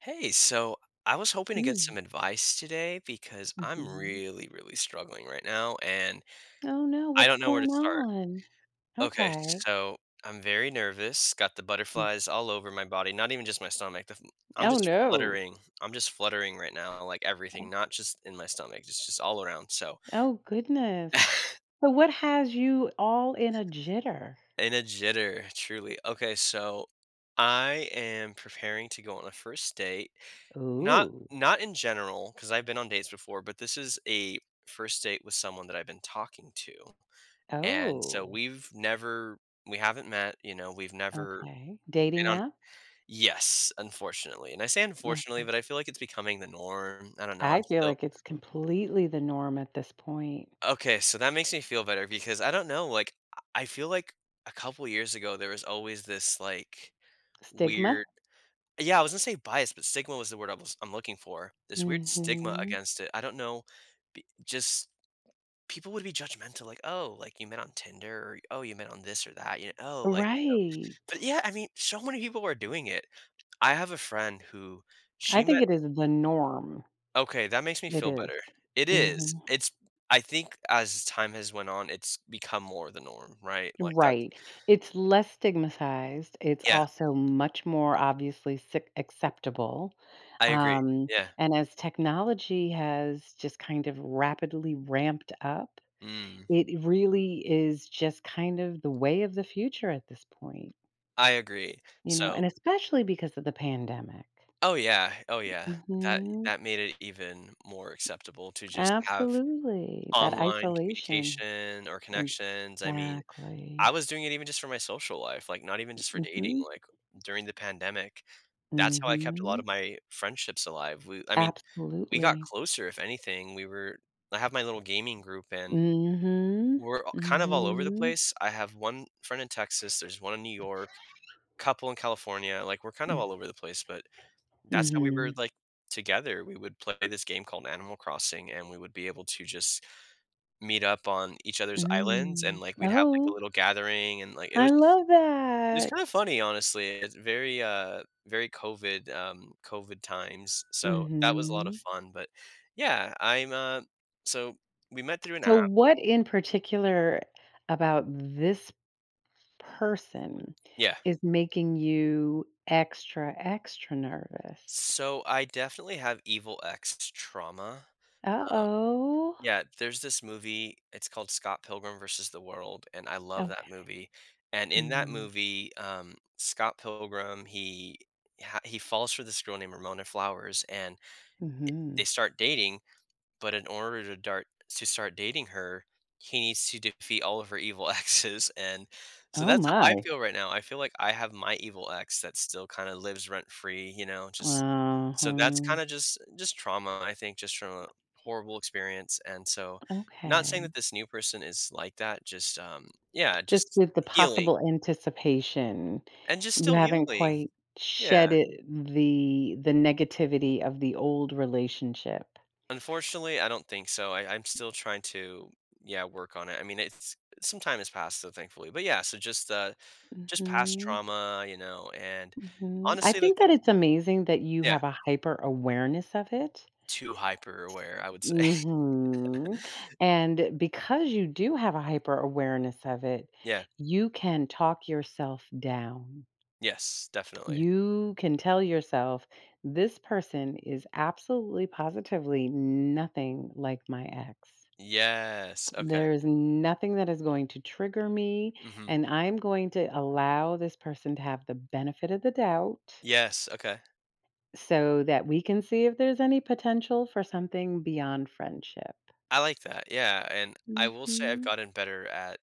Hey, so I was hoping to get some Mm, advice today because I'm mhm. really, really struggling right now and Oh, no, I what's don't know where to going start. on? Okay, Okay. so I'm very nervous, got the Mm. butterflies all over my body, not even just my stomach. I'm Oh, just no. fluttering. I'm just fluttering right now, like everything, Oh not just in my stomach, just all around. So oh, goodness. So what has you all in a jitter? in a jitter, truly. Okay, so I am preparing to go on a first date. Not Ooh. not in general, because 'cause I've been on dates before, but this is a first date with someone that I've been talking to, and so Oh, we haven't met, we've never okay. been Dating on. app? Yes, unfortunately, and I say unfortunately, Okay. but I feel like it's becoming the norm. I don't know, I I'm feel still. like it's completely the norm at this point. Okay, so that makes me feel better because I don't know, like, I feel like a couple years ago, there was always this, like, Stigma? weird. Yeah, I was gonna say bias, but stigma was the word I'm looking for. This weird stigma Mhm. against it. I don't know, be just people would be judgmental, like, "Oh, like, you met on Tinder," or, "Oh, you met on this or that," you know, "Oh, like," you know, Right. but, yeah, I mean, so many people are doing it. I have a friend who I she think met. it is the norm. Okay, that makes me It feel better. is. It is. Mhm. It's I think as time has went on, it's become more the norm, right? Like, that. Right. It's less stigmatized. It's Yeah, also much more obviously acceptable. I agree. Um, Yeah. and as technology has just kind of rapidly ramped up, Mm, it really is just kind of the way of the future at this point, I agree. So and especially because of the pandemic. oh, yeah. Oh, yeah. That Hmm. that made it even more acceptable to just have Absolutely. That online isolation. communication or connections, I mean I Exactly. was doing it even just for my social life, like, not even just for dating, Hmm. like, during the pandemic, that's how I kept a lot Hmm. of my friendships alive. We I mean, we got Absolutely. closer, if anything, we were I have my little gaming group, and Mhm. we're all kind of all over the Mhm. place. I have one friend in Texas, there's one in New York, couple in California, like, we're kind of Mm, all over the place, but that's how we were, mhm. like, together. We would play this game called Animal Crossing, and we would be able to just meet up on each other's islands, and, Mm. like, we'd have, like, a Oh, little gathering, and, like, I love it's that. kind of funny, honestly. It's very, very COVID, COVID times. Mm, So that was a lot of mhm. fun. But yeah, I'm. So we met through an So app. what in particular about this person Yeah. is making you extra, extra nervous? So I definitely have evil ex trauma. Um, Uh-oh. yeah, there's this movie. It's called Scott Pilgrim versus the World, and I love Okay. that movie. And in that Mm, movie, Scott Pilgrim he falls for this girl named Ramona Flowers, and they mhm. start dating. But in order to start dating her, he needs to defeat all of her evil exes, and so Oh that's how my. I feel right now. I feel like I have my evil ex that still kinda lives rent free, just so that's Uh-huh. kinda just trauma, I think, just from a horrible experience, and so not saying Okay. that this new person is like that, just, yeah, Just just with the healing possible anticipation. and just You still haven't healing. quite Yeah. shedded the negativity of the old relationship. Unfortunately, I don't think so. I'm still trying to, yeah, work on it. I mean, it's some time has passed, so thankfully. But yeah, so just past Mhm, trauma, and mhm. I honestly, like, think that think, it's amazing that you yeah, have a hyper awareness of it. too hyper aware, I would say. Mhm, and because you do have a hyper awareness of it, Yeah. you can talk yourself down. Yes, definitely. You can tell yourself, "This person is absolutely positively nothing like my ex." Yes. Okay. There is nothing that is going to trigger me, Hmm. and I'm going to allow this person to have the benefit of the doubt Yes. Okay. so that we can see if there's any potential for something beyond friendship. I like that. Yeah. And I will say I've Mhm. gotten better at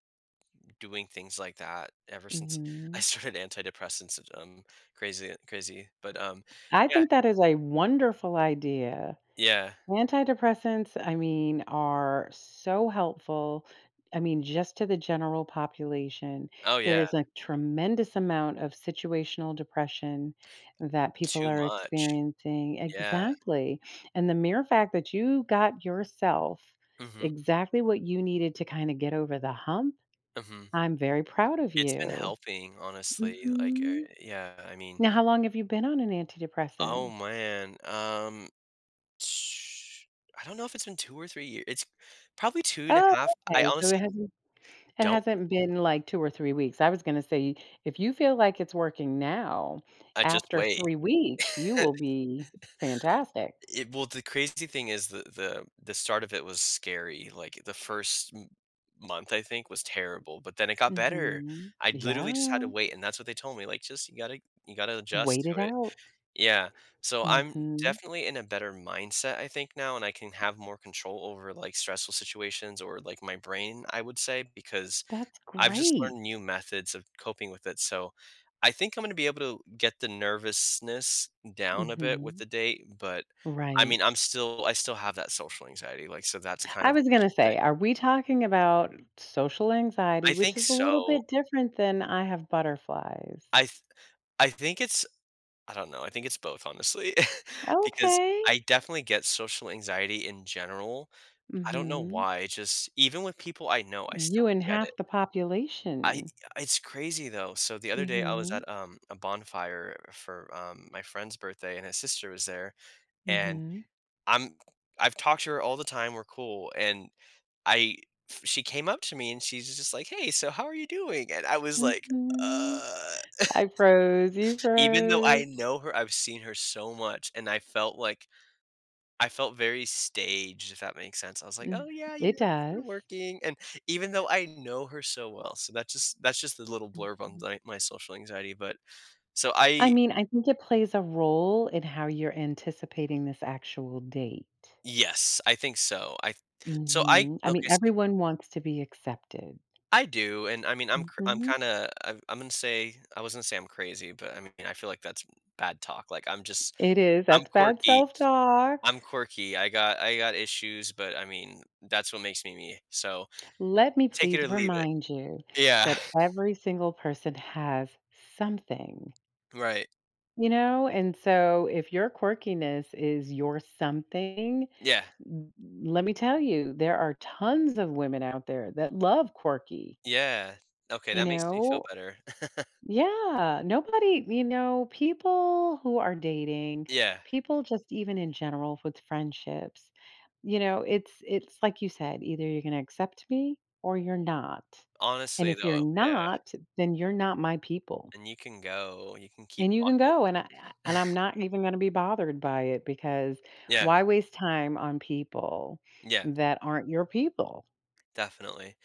doing things like that ever since I Mhm. started antidepressants. Crazy, crazy. But I yeah, think that is a wonderful idea. yeah. Antidepressants, I mean, are so helpful. I mean, just to the general population, Oh there yeah. is a tremendous amount of situational depression that people Too are much. experiencing. Yeah. Exactly. And the mere fact that you got yourself Mhm, exactly what you needed to kind of get over the hump, mhm. I'm very proud of It's been you. helping, honestly, like, Mhm. Yeah, I mean Now, how long have you been on an oh, antidepressant? man, sh- I don't know if it's been 2 or 3 years. It's probably 2 and a Oh, half. I okay. So it honestly has It don't. hasn't been, like, 2 or 3 weeks. I was gonna say, if you feel like it's working now, I just after wait. 3 weeks, you will be fantastic. It well, the crazy thing is the start of it was scary, like, the first m month, I think, was terrible, but then it got better. Mhm. I literally just had to Yeah. wait, and that's what they told me, like, "Just you gotta adjust Wait it to it." out. Yeah. So I'm Mhm. definitely in a better mindset, I think, now, and I can have more control over like stressful situations or like my brain, I would say, because That's I've just learned new great. methods of coping with it. So I think I'm going to be able to get the nervousness down a bit with Mhm. the date, but I mean, Right. I still have that social anxiety. Like, so that's kind I of the was gonna initial thing. say, are we talking about social I anxiety, which think is a little so. bit different than I have butterflies? I, th- I think I don't know. I think it's both, honestly, because Okay. I definitely get social anxiety in general. I don't know Mhm. why, it just, even with people I know, I still You and get it. half the I population. It's crazy though. So the other day I was Mhm. at, a bonfire for, my friend's birthday and his sister was there, and Mhm. I'm I've talked to her all the time, we're cool, and I she came up to me and she's just like, "Hey, so how are you doing?" And I was like, Mhm. "Uh," I froze, you even though I froze. know her, I've seen her so much, and I felt very staged, if that makes sense. I was like, Mm, "Oh, yeah, you know, it it's been does. working," and even though I know her so well, so that's just the little blurb on Mhm. my social anxiety, but, so I I mean, I think it plays a role in how you're anticipating this actual date. yes, I think so. I so I Mhm. I mean, okay, so everyone wants to be accepted. I do, and I mean, Mhm. I was gonna say I'm crazy, but I mean, I feel like that's bad talk, like, It is. I'm That's bad quirky. self-talk. I'm quirky. I got issues, but I mean, that's what makes me me, so Let me take it or please leave it. remind you Yeah. that every single person has something, Right. you know? And so if your quirkiness is your something, Yeah. N let me tell you, there are tons of women out there that love quirky, Yeah. Okay, you that makes me feel know? better. Yeah, nobody people who are dating, Yeah. people just even in general with friendships, it's like you said, either you're gonna accept me or you're not, and Honestly, if you're though, yeah, not, then you're not my people, and you can go, you can keep and you can walking. go, and I'm not even gonna be bothered by it because Yeah, why waste time on people yeah, that aren't your people? definitely.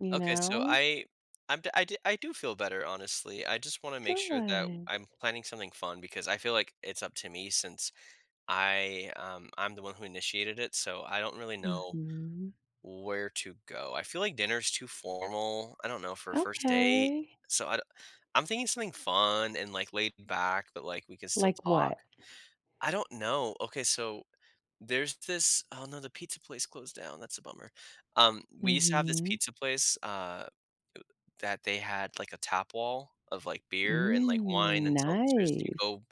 You Okay, so know? I I'm d I do feel better, honestly. I just wanna make sure that Good. I'm planning something fun because I feel like it's up to me since I'm the one who initiated it, so I don't really know Mhm. where to go. I feel like dinner's too formal. I don't know for a first date. Okay. So I'm thinking something fun and like laid back, but like we can still Like talk. what? I don't know. Okay, so there's this. Oh no, the pizza place closed down. That's a bummer. Mm, We used to have this mhm. pizza place. That they had like a tap wall of like beer and like wine Mm, and seltzers. You nice. go,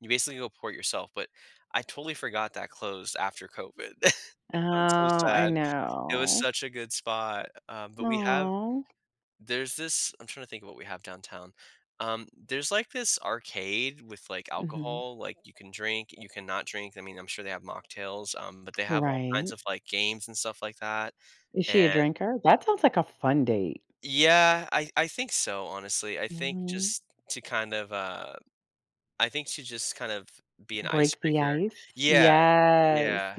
you basically go pour it yourself. But I totally forgot that closed after COVID. Oh, I'm so I sad. It was know. such a good spot, but we have. Aw. There's this I'm trying to think of what we have downtown. There's, like, this arcade with, like, Mhm. alcohol, like, you can drink, you cannot drink, I mean, I'm sure they have mocktails, but they have all kinds Right. of, like, games and stuff like that, Is and she a drinker? That sounds like a fun date. yeah, I think so, honestly, I think Mhm. just to kind of, uh I think to just kind of be an Break the icebreaker. ice. Yeah, Yes. yeah,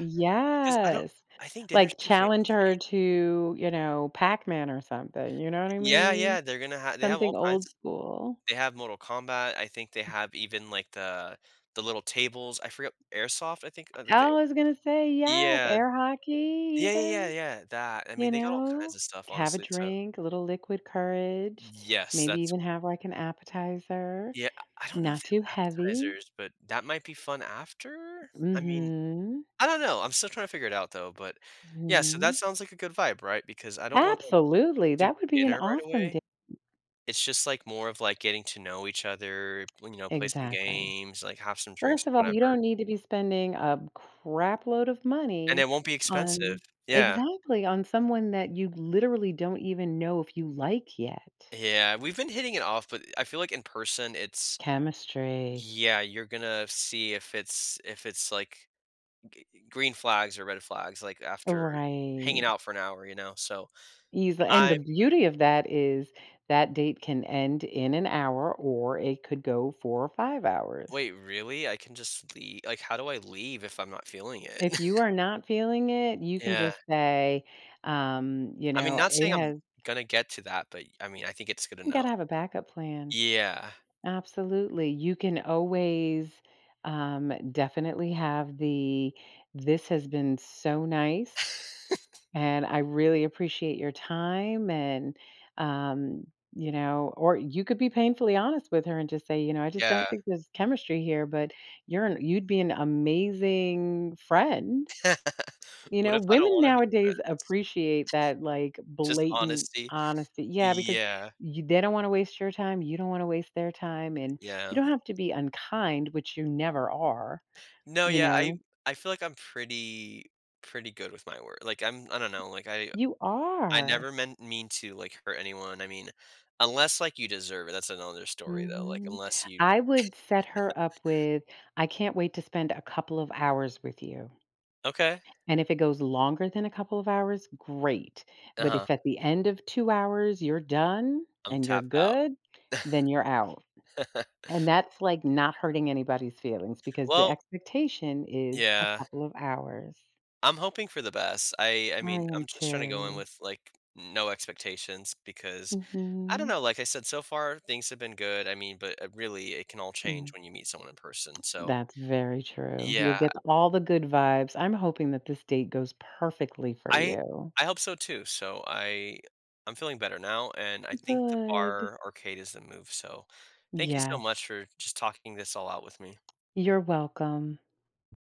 because I don't. I think dinner's Like, too fancy. challenge her to, Pac-Man or something, you know what I Yeah, mean? yeah, they're gonna have. They have all Something old kinds. school. They have Mortal Kombat, I think they have even, like, the little tables, I forget Airsoft, I think, like, the. I was gonna say, yes, Yeah. air hockey Yeah, yeah, yeah, even, yeah, that, I mean, you they got all kinds know? of stuff, Have a honestly, so. drink, a little liquid courage, Yes, maybe that's. even have, like, an appetizer, Yeah, I don't know if not they too have heavy. appetizers, but that might be fun after? I mean, Mhm, I don't know, I'm still trying to figure it out, though, but yeah, so that mhm. sounds like a good vibe, right? Because I don't wanna Absolutely, do that would be an dinner right awesome day. away. It's just, like, more of, like, getting to know each other, play some Exactly. games, like, have some drinks First of or all, you whatever. don't need to be spending a crap load of And money it won't be expensive. on. Yeah. Exactly, on someone that you literally don't even know if you like yet. Yeah, we've been hitting it off, but I feel like in person, it's, Chemistry. yeah, you're gonna see if it's like, g green flags or red flags, like, after hanging Right. out for an hour, so Easily, and the I beauty of that is that date can end in an hour or it could go 4 or 5 hours. wait, really? I can just leave. Like, how do I leave if I'm not feeling it? If you are not feeling it, you can Yeah. just say, I mean, not it saying I'm has gonna get to that, but, I mean, I think it's good to you know. gotta have a backup plan. Yeah. Absolutely. You can always, definitely have the, "This has been so nice." And I really appreciate your time and um, or you could be painfully honest with her and just say, I just Yeah. don't think there's chemistry here, but you'd be an amazing friend. What if I don't Women wanna be nowadays friends? appreciate that like Just blatant honesty. honesty. Yeah, because Yeah. They don't want to waste your time, you don't want to waste their time and you Yeah. don't have to be unkind, which you never are, No, you yeah, I know. I feel like I'm pretty pretty good with my word. Like I don't know, like I You I are. never mean to like hurt anyone. I mean, unless like you deserve it. That's another story though. Like Mhm. unless you. I would set her up with, "I can't wait to spend a couple of hours with you." Okay. And if it goes longer than a couple of hours, great. But Uh-huh. if at the end of 2 hours you're done I'm and you're tapped out. good, then you're out. And that's, like, not hurting anybody's feelings because the Well, expectation is a yeah. couple of hours. I'm hoping for the best. I I I mean, am I'm just trying to go in too. with like no expectations because I don't Mhm. know, like I said, so far things have been good. I mean, but really it can all change Mm. when you meet someone in person. So, That's very true. yeah, You'll get all the good vibes. I'm hoping that this date goes perfectly for I you. I hope so too. So I'm feeling better now, and I think the Good. bar arcade is the move. So thank you so Yes. much for just talking this all out with me. You're welcome.